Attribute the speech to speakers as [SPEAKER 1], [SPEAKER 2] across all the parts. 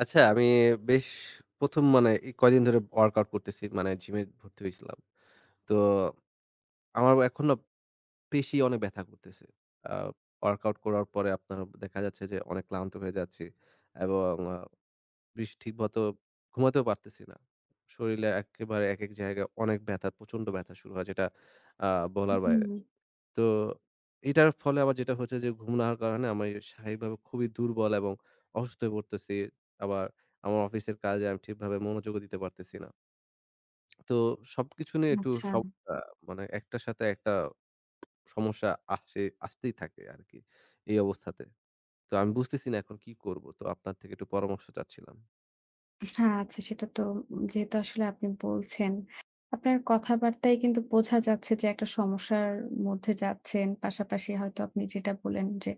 [SPEAKER 1] আচ্ছা, আমি বেশ ১ম মানে এই কয়দিন ধরে ওয়ার্কআউট করতেছি। মানে জিমে ভর্তি হইছিলাম। তো আমার এখন না পেশি অনেক ব্যাথা করতেছে। আ ওয়ার্কআউট করার পরে আপনার দেখা যাচ্ছে যে অনেক ক্লান্ত হয়ে যাচ্ছি এবং আ বেশ ঠিকমতো ঘুমাতেও পারতেছি না। শরীলে একেবারে একেক জায়গায় অনেক ব্যথা, প্রচন্ড ব্যথা শুরু হয় যেটা আ বলার
[SPEAKER 2] হুম,
[SPEAKER 1] বাইরে। তো এটার ফলে আবার যেটা হচ্ছে যে ঘুম না হওয়ার কারণে আমি শারীরিকভাবে খুবই দুর্বল এবং অসুস্থ হয়ে পড়তেছি। আবার আমার অফিসের কাজে আমি ঠিকভাবে মনোযোগও দিতে পারতেছি না। তো সবকিছু নিয়ে একটু
[SPEAKER 2] আচ্ছা,
[SPEAKER 1] সমস্যা মানে একটার সাথে একটা সমস্যা আসে আসতেই থাকে আরকি এই অবস্থাতে। তো আমি বুঝতেছি না এখন কি করব? তো আপনার থেকে একটু পরামর্শ চাচ্ছিলাম।
[SPEAKER 2] আচ্ছা, আচ্ছা সেটা তো যেহেতু আসলে আপনি বলছেন, আপনার কথাবার্তায় কিন্তু বোঝা যাচ্ছে যে একটা সমস্যার মধ্যে যাচ্ছেন। পাশাপাশি হয়তো আপনি যেটা বললেন যে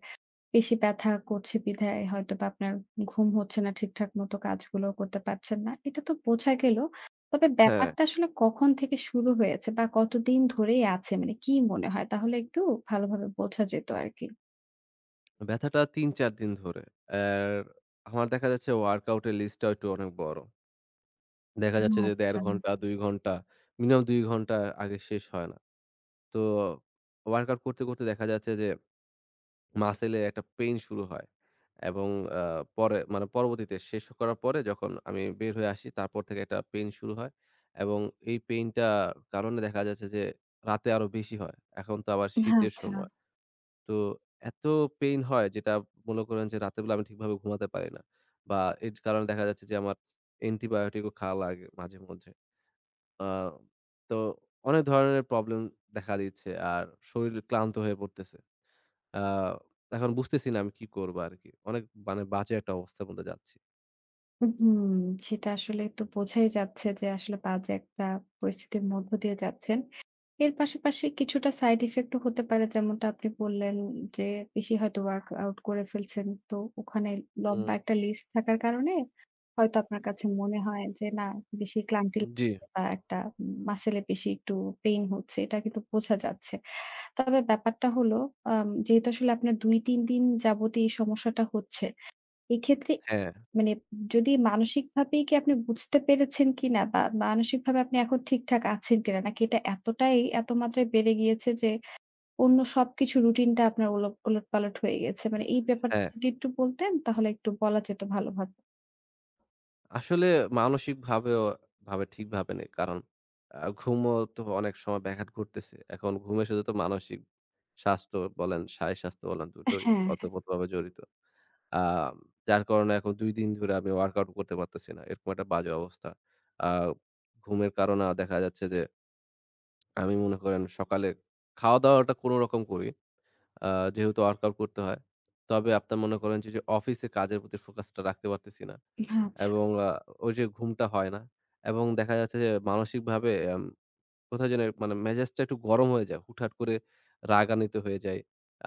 [SPEAKER 2] পেশি ব্যথা করছে বিধায় হয়তোবা আপনার ঘুম হচ্ছে না, ঠিকঠাক মতো কাজগুলো করতে পারছেন না। এটা তো বোঝা গেল। তবে
[SPEAKER 1] হ্যাঁ,
[SPEAKER 2] ব্যাপারটা আসলে কখন থেকে শুরু হয়েছে বা কতদিন ধরেই আছে? মানে কি মনে হয়? তাহলে একটু ভালোভাবে বোঝা যেত আরকি।
[SPEAKER 1] ব্যথাটা ৩-৪ দিন ধরে। আর আমার দেখা যাচ্ছে ওয়ার্কআউট এর লিস্টটাও একটু অনেক বড়। দেখা যাচ্ছে যে ১.৫
[SPEAKER 2] আচ্ছা।
[SPEAKER 1] ঘন্টা, ২ ঘন্টা, মিনিমাম ২ ঘন্টা আগে শেষ হয় না। তো ওয়ার্কআউট করতে, করতে দেখা যাচ্ছে যে মাসেলে একটা পেইন শুরু হয় এবং আ পরে মানে পরবর্তীতে শেষ করার পরে যখন আমি বের হয়ে আসি তারপর থেকে একটা পেইন শুরু হয় এবং এই পেইনটার কারণে দেখা যাচ্ছে যে রাতে আরো বেশি হয়। এখন তো আবার শীতের
[SPEAKER 2] আচ্ছা।
[SPEAKER 1] সময়। তো এত পেইন হয় যেটা মনে করেন যে রাতের বেলা আমি ঠিকভাবে ঘুমাতে পারি না বা এর কারণে দেখা যাচ্ছে যে আমার antibiotic ও খাওয়া লাগে মাঝে মধ্যে। আ তো অনেক ধরনের প্রবলেম দেখা দিচ্ছে। আর শরীর ক্লান্ত হয়ে পড়তেছে। আ এখন বুঝতেছি না আমি কি করব আরকি। অনেক মানে বাজে একটা অবস্থার মধ্যে যাচ্ছি।
[SPEAKER 2] হুম, সেটা আসলে তো বোঝাই যাচ্ছে যে আসলে বাজে একটা পরিস্থিতির মধ্য দিয়ে যাচ্ছেন। এর পাশাপাশি কিছুটা সাইড ইফেক্ট ও হতে পারে যেমনটা আপনি বললেন যে বেশি হয়তো ওয়ার্কআউট করে ফেলছেন। তো ওখানে
[SPEAKER 1] হুম,
[SPEAKER 2] লম্বা একটা লিস্ট থাকার কারণে হয়তো আপনার কাছে মনে হয় যে না বেশি ক্লান্তি
[SPEAKER 1] জি।
[SPEAKER 2] লাগছে বা একটা মাসেল এ বেশি একটু পেইন হচ্ছে। এটা কিন্তু বোঝা যাচ্ছে। তবে ব্যাপারটা হলো যেহেতু আসলে আপনার ২-৩ দিন যাবতই এই সমস্যাটা হচ্ছে এক্ষেত্রে
[SPEAKER 1] হ্যাঁ,
[SPEAKER 2] মানে যদি মানসিকভাবেই কি আপনি বুঝতে পেরেছেন কিনা বা মানসিকভাবে আপনি এখন ঠিকঠাক আছেন কিনা? নাকি এটা এতটাই এত মাত্রায় বেড়ে গিয়েছে যে অন্য সবকিছু রুটিনটা আপনার ওলটপালট হয়ে গেছে? মানে এই ব্যাপারটা
[SPEAKER 1] হ্যাঁ।
[SPEAKER 2] যদি একটু বলতেন তাহলে একটু বলা যেত ভালোভাবে।
[SPEAKER 1] আসলে মানসিকভাবেও ঠিক ভাবে নেই। কারণ ঘুমও তো অনেক সময় ব্যাঘাত ঘটতেছে। এখন ঘুমের সাথে তো মানসিক স্বাস্থ্য বলেন, শারীর স্বাস্থ্য বলেন দুটোই
[SPEAKER 2] হ্যাঁ, হ্যাঁ।
[SPEAKER 1] ওতপ্রোতভাবে জড়িত। আ যার কারণে এখন ২ দিন ধরে আমি ওয়ার্কআউট করতে পারতেছি না। এরকম একটা বাজে অবস্থা। আ ঘুমের কারণে দেখা যাচ্ছে যে আমি মনে করেন সকালে খাওয়া-দাওয়াটা কোনরকম করি। আ যেহেতু ওয়ার্কআউট করতে হয়। তবে আপনার মনে করেন যে, যে অফিসে কাজের প্রতি ফোকাসটা রাখতে পারতেছি না।
[SPEAKER 2] আচ্ছা।
[SPEAKER 1] এবং ওই যে ঘুমটা হয় না। এবং দেখা যাচ্ছে যে মানসিকভাবে কোথাও যেন মানে মেজাজটা একটু গরম হয়ে যায়। হুটহাট করে রাগান্বিত হয়ে যাই।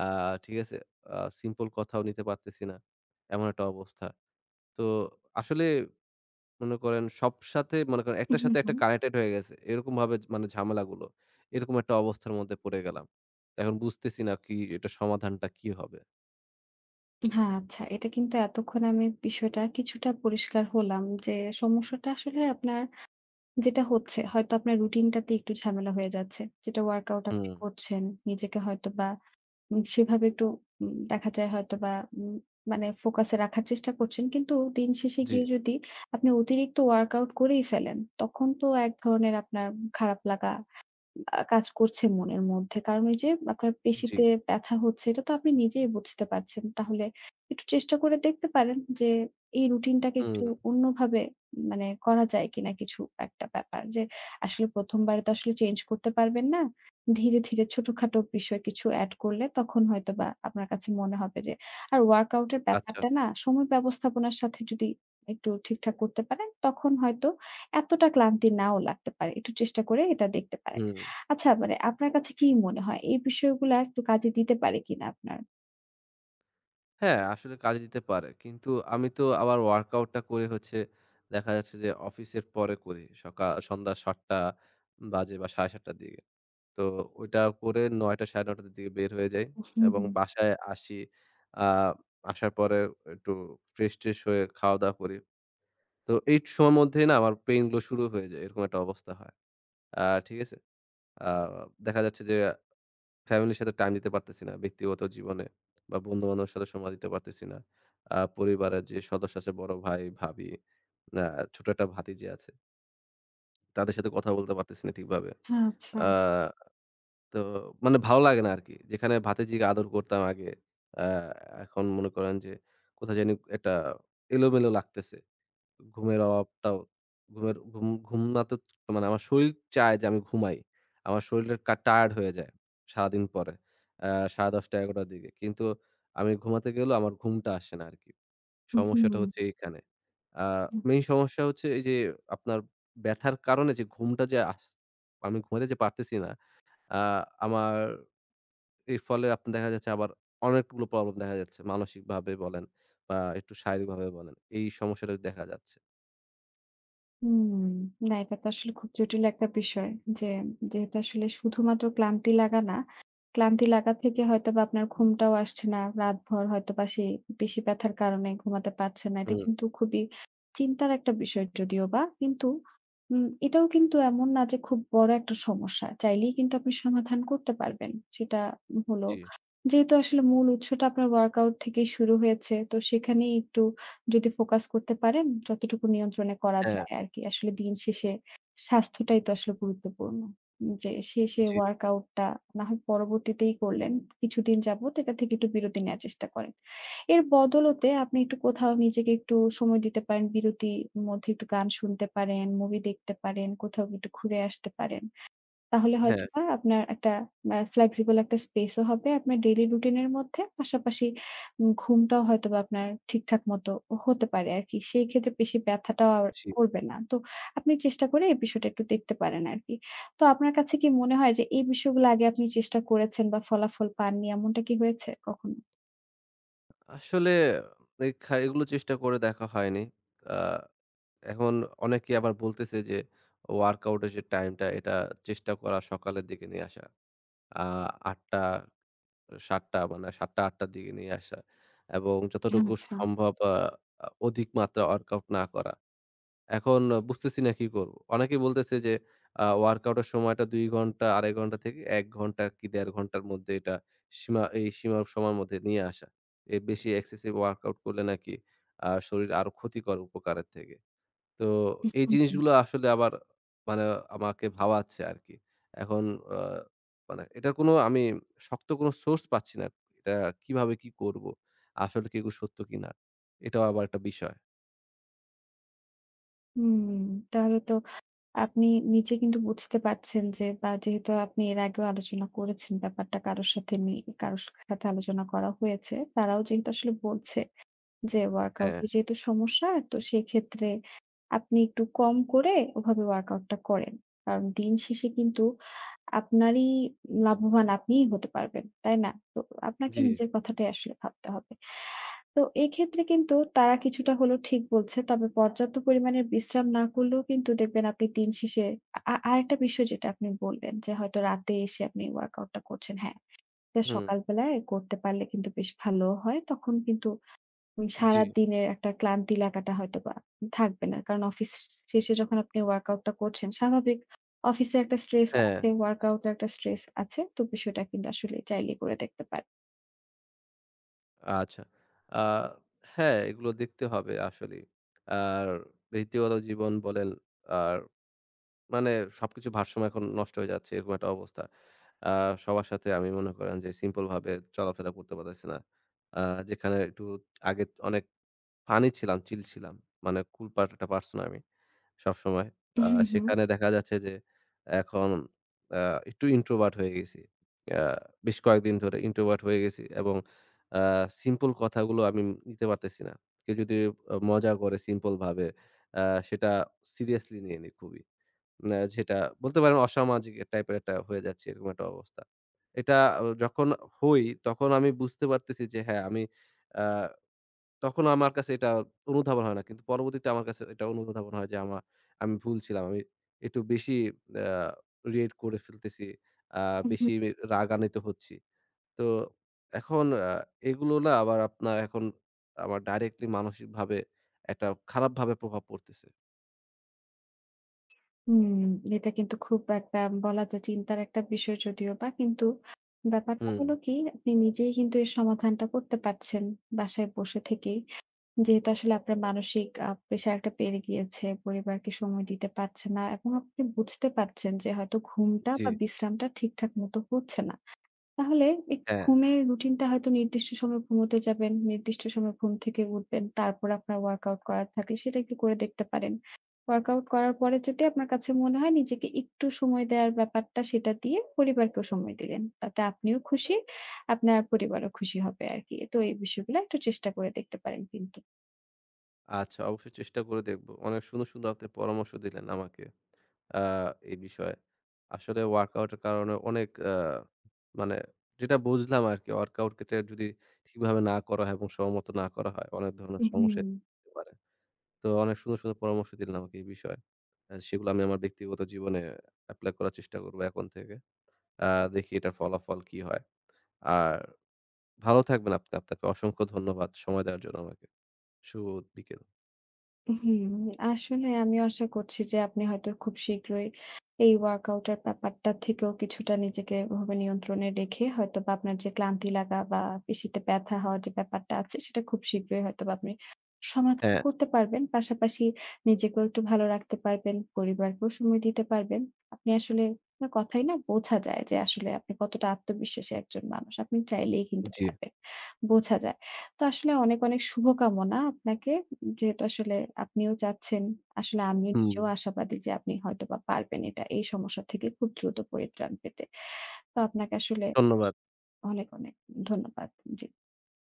[SPEAKER 1] আ ঠিক আছে? সিম্পল কথাও নিতে পারতেছি না। এমন একটা অবস্থা। তো আসলে মনে করেন সব সাথে মনে করেন একটার
[SPEAKER 2] হুম,
[SPEAKER 1] সাথে একটা
[SPEAKER 2] হুম।
[SPEAKER 1] কানেক্টেড হয়ে গেছে। এরকমভাবে মানে ঝামেলাগুলো। এরকম একটা অবস্থার মধ্যে পড়ে গেলাম। এখন বুঝতেছি না কি এটা সমাধানটা কি হবে?
[SPEAKER 2] হ্যাঁ, আচ্ছা। এটা কিন্তু এতক্ষণ আমি বিষয়টা কিছুটা পরিষ্কার হলাম যে সমস্যাটা আসলে আপনার যেটা হচ্ছে হয়তো আপনার রুটিনটাতে একটু ঝামেলা হয়ে যাচ্ছে। যেটা ওয়ার্কআউট আপনি
[SPEAKER 1] হুম,
[SPEAKER 2] করছেন, নিজেকে হয়তোবা সেভাবে একটু দেখা যায় হয়তোবা উম মানে ফোকাসে রাখার চেষ্টা করছেন। কিন্তু দিন শেষে
[SPEAKER 1] জি,
[SPEAKER 2] গিয়ে যদি আপনি অতিরিক্ত ওয়ার্কআউট করেই ফেলেন, তখন তো এক ধরনের আপনার খারাপ লাগা কাজ করছে মনের মধ্যে। কারণ ওই যে আপনার
[SPEAKER 1] জি।
[SPEAKER 2] পেশিতে ব্যথা হচ্ছে এটা তো আপনি নিজেই বুঝতে পারছেন। তাহলে একটু চেষ্টা করে দেখতে পারেন যে এই রুটিনটাকে একটু
[SPEAKER 1] হুম,
[SPEAKER 2] অন্যভাবে মানে করা যায় কিনা কিছু একটা ব্যাপার। যে আসলে ১ম বারে তো আসলে চেঞ্জ করতে পারবেন না। ধীরে, ধীরে ছোটখাটো বিষয় কিছু এড করলে তখন হয়তোবা আপনার কাছে মনে হবে যে আর ওয়ার্কআউট এর
[SPEAKER 1] আচ্ছা।
[SPEAKER 2] ব্যাপারটা না সময় ব্যবস্থাপনার সাথে যদি একটু ঠিকঠাক করতে পারেন তখন হয়তো এতটা ক্লান্তি নাও লাগতে পারে। একটু চেষ্টা করে এটা দেখতে পারেন।
[SPEAKER 1] হুম।
[SPEAKER 2] আচ্ছা মানে আপনার কাছে কি মনে হয় এই বিষয়গুলা একটু কাজে দিতে পারে কিনা আপনার?
[SPEAKER 1] হ্যাঁ, আসলে কাজে দিতে পারে। কিন্তু আমি তো আবার ওয়ার্কআউটটা করে হচ্ছে দেখা যাচ্ছে যে অফিসের পরে করি। সন্ধ্যা ৭ঃ০০ বাজে বা ৭ঃ৩০ টার দিকে। তো ওইটা করে ৯ঃ০০ ৯ঃ৩০ দিকে বের হয়ে যাই
[SPEAKER 2] হুম,
[SPEAKER 1] এবং বাসায় আসি। আ আসার পরে একটু ফ্রেশ-ট্রেশ হয়ে খাওয়া-দাওয়া করি। তো এই সময়ের মধ্যেই না আমার পেইন গুলো শুরু হয়ে যায়। এরকম একটা অবস্থা হয়। আ ঠিক আছে? আ দেখা যাচ্ছে যে ফ্যামিলির সাথে টাইম দিতে পারতেছি না। ব্যক্তিগত জীবনে বা বন্ধু-বান্ধবের সাথে সময় দিতে পারতেছি না। পরিবারের যে সদস্য আছে বড় ভাই, ভাবি, আ ছোট একটা ভাতিজি আছে। তাদের সাথে কথা বলতে পারতেছি না ঠিকভাবে।
[SPEAKER 2] আচ্ছা।
[SPEAKER 1] আ তো মানে ভালো লাগে না আরকি। যেখানে ভাতিজিকে আদর করতাম আগে, আ এখন মনে করেন যে কোথায় জানি একটা এলোমেলো লাগতেছে। ঘুমের অভাবটাও ঘুমের ঘুম ঘুমাতে মানে আমার শরীর চায় যে আমি ঘুমাই। আমার শরীরটা টায়ার্ড হয়ে যায় সারাদিন পরে। আ ১০:৩০ ১১:০০ র দিকে। কিন্তু আমি ঘুমাতে গেলেও আমার ঘুমটা আসে না আরকি।
[SPEAKER 2] হুম।
[SPEAKER 1] সমস্যাটা হচ্ছে এইখানে। আ
[SPEAKER 2] হুম।
[SPEAKER 1] মেইন সমস্যা হচ্ছে এই যে আপনার ব্যথার কারণে যে ঘুমটা যে আমি ঘুমাতে যে পারতেছি না। আ আমার এর ফলে আপনার দেখা যাচ্ছে আবার অনেকগুলো প্রবলেম দেখা যাচ্ছে। মানসিকভাবে বলেন বা একটু শারীরিকভাবে বলেন। এই সমস্যাটা দেখা যাচ্ছে।
[SPEAKER 2] হুম, না এটা তো আসলে খুব জটিল একটা বিষয় যে, যেহেতু আসলে শুধুমাত্র ক্লান্তি লাগা না, ক্লান্তি লাগা থেকে হয়তোবা আপনার ঘুমটাও আসছে না। রাতভর হয়তোবা সেই পেশি ব্যথার কারণে ঘুমাতে পারছেন না। এটা
[SPEAKER 1] হুম,
[SPEAKER 2] কিন্তু খুবই চিন্তার একটা বিষয় যদিওবা। কিন্তু এটাও কিন্তু এমন না যে খুব বড় একটা সমস্যা। চাইলেই কিন্তু আপনি সমাধান করতে পারবেন। সেটা হলো
[SPEAKER 1] জি।
[SPEAKER 2] যেহেতু আসলে মূল উৎসটা আপনার ওয়ার্কআউট থেকেই শুরু হয়েছে, তো সেখানেই একটু যদি ফোকাস করতে পারেন, যতটুকু নিয়ন্ত্রণে করা
[SPEAKER 1] হ্যাঁ,
[SPEAKER 2] যায় আরকি। আসলে দিন শেষে স্বাস্থ্যটাই তো আসলে গুরুত্বপূর্ণ। যে শেষে
[SPEAKER 1] জি,
[SPEAKER 2] ওয়ার্কআউটটা না হয় পরবর্তীতেই করলেন। কিছুদিন যাবত এটা থেকে একটু বিরতি নেয়ার চেষ্টা করেন। এর বদলতে আপনি একটু কোথাও নিজেকে একটু সময় দিতে পারেন। বিরতির মধ্যে একটু গান শুনতে পারেন, মুভি দেখতে পারেন, কোথাও একটু ঘুরে আসতে পারেন। তাহলে
[SPEAKER 1] হ্যাঁ,
[SPEAKER 2] হয়তোবা আপনার একটা ফ্লেক্সিবল একটা স্পেস ও হবে আপনার ডেইলি রুটিন এর মধ্যে। পাশাপাশি ঘুমটাও হয়তোবা আপনার ঠিকঠাক মতো হতে পারে আরকি। সেই ক্ষেত্রে বেশি ব্যথাটাও আর
[SPEAKER 1] জি।
[SPEAKER 2] করবে না। তো আপনি চেষ্টা করে এই বিষয়টা একটু দেখতে পারেন আরকি। তো আপনার কাছে কি মনে হয় যে এই বিষয়গুলো আগে আপনি চেষ্টা করেছেন বা ফলাফল পাননি এমনটা কি হয়েছে কখনো?
[SPEAKER 1] আসলে এই এগুলো চেষ্টা করে দেখা হয়নি। আ এখন অনেকে আবার বলতেছে যে ওয়ার্কআউট এর যে টাইমটা এটা চেষ্টা করা সকালের দিকে নিয়ে আসা। আ ৮ঃ০০ ৭ঃ০০ মানে ৭ঃ০০-৮ঃ০০ র দিকে নিয়ে আসা এবং যতটুকু
[SPEAKER 2] আচ্ছা।
[SPEAKER 1] সম্ভব অধিক মাত্রা ওয়ার্কআউট না করা। এখন বুঝতেছি না কি করব। অনেকেই বলতেছে যে ওয়ার্কআউট এর সময়টা ২ ঘন্টা, ২.৫ ঘন্টা থেকে ১ ঘন্টা কি ১.৫ ঘন্টার মধ্যে এটা এই সীমার সময়ের মধ্যে নিয়ে আসা। এর বেশি এক্সেসিভ ওয়ার্কআউট করলে নাকি শরীর আরো ক্ষতিকর উপকারের থেকে। তো এই
[SPEAKER 2] হুম, হুম।
[SPEAKER 1] জিনিসগুলো আসলে আবার মানে আমাকে ভাবাচ্ছে আরকি। এখন আ মানে এটার কোনো আমি শক্ত কোনো সোর্স পাচ্ছি না। এটা কিভাবে কি করব? আসলে কি এগুলো সত্য কিনা? এটাও আবার একটা বিষয়।
[SPEAKER 2] হুম, তাহলে তো আপনি নিজে কিন্তু বুঝতে পারছেন যে বা যেহেতু আপনি এর আগেও আলোচনা করেছেন ব্যাপারটা কারোর সাথে আলোচনা করা হয়েছে। তারাও যেহেতু আসলে বলছে যে
[SPEAKER 1] হ্যাঁ,
[SPEAKER 2] ওয়ার্কআউটে যেহেতু সমস্যা তো সেক্ষেত্রে আপনি একটু কম করে ওভাবে ওয়ার্কআউটটা করেন। কারণ দিন শেষে কিন্তু আপনারই লাভবান আপনিই হতে পারবেন, তাই না? তো আপনাকে
[SPEAKER 1] জি,
[SPEAKER 2] নিজের কথাটাই আসলে ভাবতে হবে। তো এক্ষেত্রে কিন্তু তারা কিছুটা হলেও ঠিক বলছে। তবে পর্যাপ্ত পরিমাণের বিশ্রাম না করলেও কিন্তু দেখবেন আপনি দিন শেষে আ আ- আরেকটা বিষয় যেটা আপনি বললেন যে হয়তো রাতে এসে আপনি ওয়ার্কআউটটা করছেন। হ্যাঁ, এটা
[SPEAKER 1] হুম,
[SPEAKER 2] সকালবেলায় করতে পারলে কিন্তু বেশ ভালো হয়। তখন কিন্তু
[SPEAKER 1] জি।
[SPEAKER 2] সারাদিনের একটা ক্লান্তি লাগাটা হয়তোবা থাকবে না। কারণ অফিস শেষে যখন আপনি ওয়ার্কআউটটা করছেন, স্বাভাবিক অফিসে একটা স্ট্রেস
[SPEAKER 1] হ্যাঁ,
[SPEAKER 2] আছে, ওয়ার্কআউটের একটা স্ট্রেস আছে। তো বিষয়টা কিন্তু আসলে চাইলে করে দেখতে পারেন।
[SPEAKER 1] আচ্ছা। আ হ্যাঁ, এগুলো দেখতে হবে আসলেই। আর ব্যক্তিগত জীবন বলেন, আর মানে সবকিছু ভারসাম্য এখন নষ্ট হয়ে যাচ্ছে এরকম একটা অবস্থা। আ সবার সাথে আমি মনে করেন যে সিম্পল ভাবে চলাফেরা করতে পারতেছি না। আ যেখানে একটু আগে অনেক ফানি ছিলাম, চিল ছিলাম। মানে কুল পার্ট একটা পারসন আমি। সবসময়।
[SPEAKER 2] হুম, হুম,
[SPEAKER 1] সেখানে দেখা যাচ্ছে যে এখন আ একটু ইন্ট্রোভার্ট হয়ে গেছি। আ বেশ কয়েকদিন ধরে ইন্ট্রোভার্ট হয়ে গেছি এবং আ সিম্পল কথাগুলো আমি নিতে পারতেছি না। কেউ যদি মজা করে সিম্পল ভাবে আ সেটা সিরিয়াসলি নিয়ে নিই খুবই। না যেটা বলতে পারেন অসামাজিক টাইপের একটা হয়ে যাচ্ছে এরকম একটা অবস্থা। এটা আহ, যখন হই তখন আমি বুঝতে পারতেছি যে হ্যাঁ, আমি আ তখন আমার কাছে এটা অনুধাবন হয় না। কিন্তু পরবর্তীতে আমার কাছে এটা অনুধাবন হয় যে আমি ভুল ছিলাম। আমি একটু বেশি আ রিয়েক্ট করে ফেলতেছি। আ
[SPEAKER 2] হুম,
[SPEAKER 1] বেশি রাগান্বিত হচ্ছি। তো এখন এগুলো না আবার আপনার এখন আমার ডাইরেক্টলি মানসিকভাবে একটা খারাপভাবে প্রভাব পড়তেছে।
[SPEAKER 2] হুম। এটা কিন্তু খুব একটা বলা যায় চিন্তার একটা বিষয় যদিও বা কিন্তু ব্যাপারটা
[SPEAKER 1] হুম,
[SPEAKER 2] হলো কি আপনি নিজেই কিন্তু এর সমাধানটা করতে পারছেন বাসায় বসে থেকেই। যেহেতু আসলে আপনার মানসিক প্রেশার একটা বেড়ে গিয়েছে, পরিবারকে সময় দিতে পারছেন না এবং আপনি বুঝতে পারছেন যে হয়তো ঘুমটা
[SPEAKER 1] জি।
[SPEAKER 2] বা বিশ্রামটা ঠিকঠাক মতো হচ্ছে না। তাহলে একটু
[SPEAKER 1] হ্যাঁ,
[SPEAKER 2] ঘুমের রুটিনটা হয়তো নির্দিষ্ট সময় ঘুমোতে যাবেন, নির্দিষ্ট সময় ঘুম থেকে উঠবেন। তারপর আপনার ওয়ার্কআউট করার থাকলে সেটা একটু করে দেখতে পারেন। ওয়ার্কআউট করার পরে যদি আপনার কাছে মনে হয় নিজেকে একটু সময় দেওয়ার ব্যাপারটা সেটা দিয়ে পরিবারকেও সময় দিলেন। তাতে আপনিও খুশি, আপনার পরিবারও খুশি হবে আরকি। তো এই বিষয়গুলো একটু চেষ্টা করে দেখতে পারেন কিন্তু।
[SPEAKER 1] আচ্ছা অবশ্যই চেষ্টা করে দেখব। অনেক সুন্দর, সুন্দর আপনি পরামর্শ দিলেন আমাকে। আ এই বিষয়ে। আসলে ওয়ার্কআউটের কারণে অনেক মানে যেটা বুঝলাম আরকি ওয়ার্কআউট কে যদি ঠিকভাবে না করা হয় এবং সময়মত না করা হয়, অনেক ধরনের সমস্যা
[SPEAKER 2] হুম,
[SPEAKER 1] হতে পারে। তো অনেক সুন্দর, সুন্দর পরামর্শ দিলেন আমাকে এই বিষয়ে। সেগুলো আমি আমার ব্যক্তিগত জীবনে এপ্লাই করার চেষ্টা করব এখন থেকে। আ দেখি এটার ফলাফল কি হয়। আর ভালো থাকবেন আপনি। আপনাকে অসংখ্য ধন্যবাদ সময় দেওয়ার জন্য আমাকে। শুভ বিকেল।
[SPEAKER 2] হুম। আসলে আমিও আশা করছি যে আপনি হয়তো খুব শীঘ্রই এই ওয়ার্কআউট এর ব্যাপারটা থেকেও কিছুটা নিজেকে ওভাবে নিয়ন্ত্রণে রেখে হয়তোবা আপনার যে ক্লান্তি লাগা বা পেশিতে ব্যথা হওয়ার যে ব্যাপারটা আছে সেটা খুব শীঘ্রই হয়তোবা আপনি সমাধান
[SPEAKER 1] হ্যাঁ,
[SPEAKER 2] করতে পারবেন। পাশাপাশি নিজেকেও একটু ভালো রাখতে পারবেন, পরিবারকেও সময় দিতে পারবেন। আপনি আসলে আপনার কথায় না বোঝা যায় যে আসলে আপনি কতটা আত্মবিশ্বাসী একজন মানুষ। আপনি চাইলেই কিন্তু
[SPEAKER 1] জি।
[SPEAKER 2] পারবেন। বোঝা যায়। তো আসলে অনেক, অনেক শুভকামনা আপনাকে। যেহেতু আসলে আপনিও চাচ্ছেন, আসলে আমিও
[SPEAKER 1] হুম,
[SPEAKER 2] নিজেও আশাবাদী যে আপনি হয়তোবা পারবেন এটা এই সমস্যা থেকে খুব দ্রুত পরিত্রাণ পেতে। তো আপনাকে আসলে
[SPEAKER 1] ধন্যবাদ।
[SPEAKER 2] অনেক, অনেক ধন্যবাদ। জি।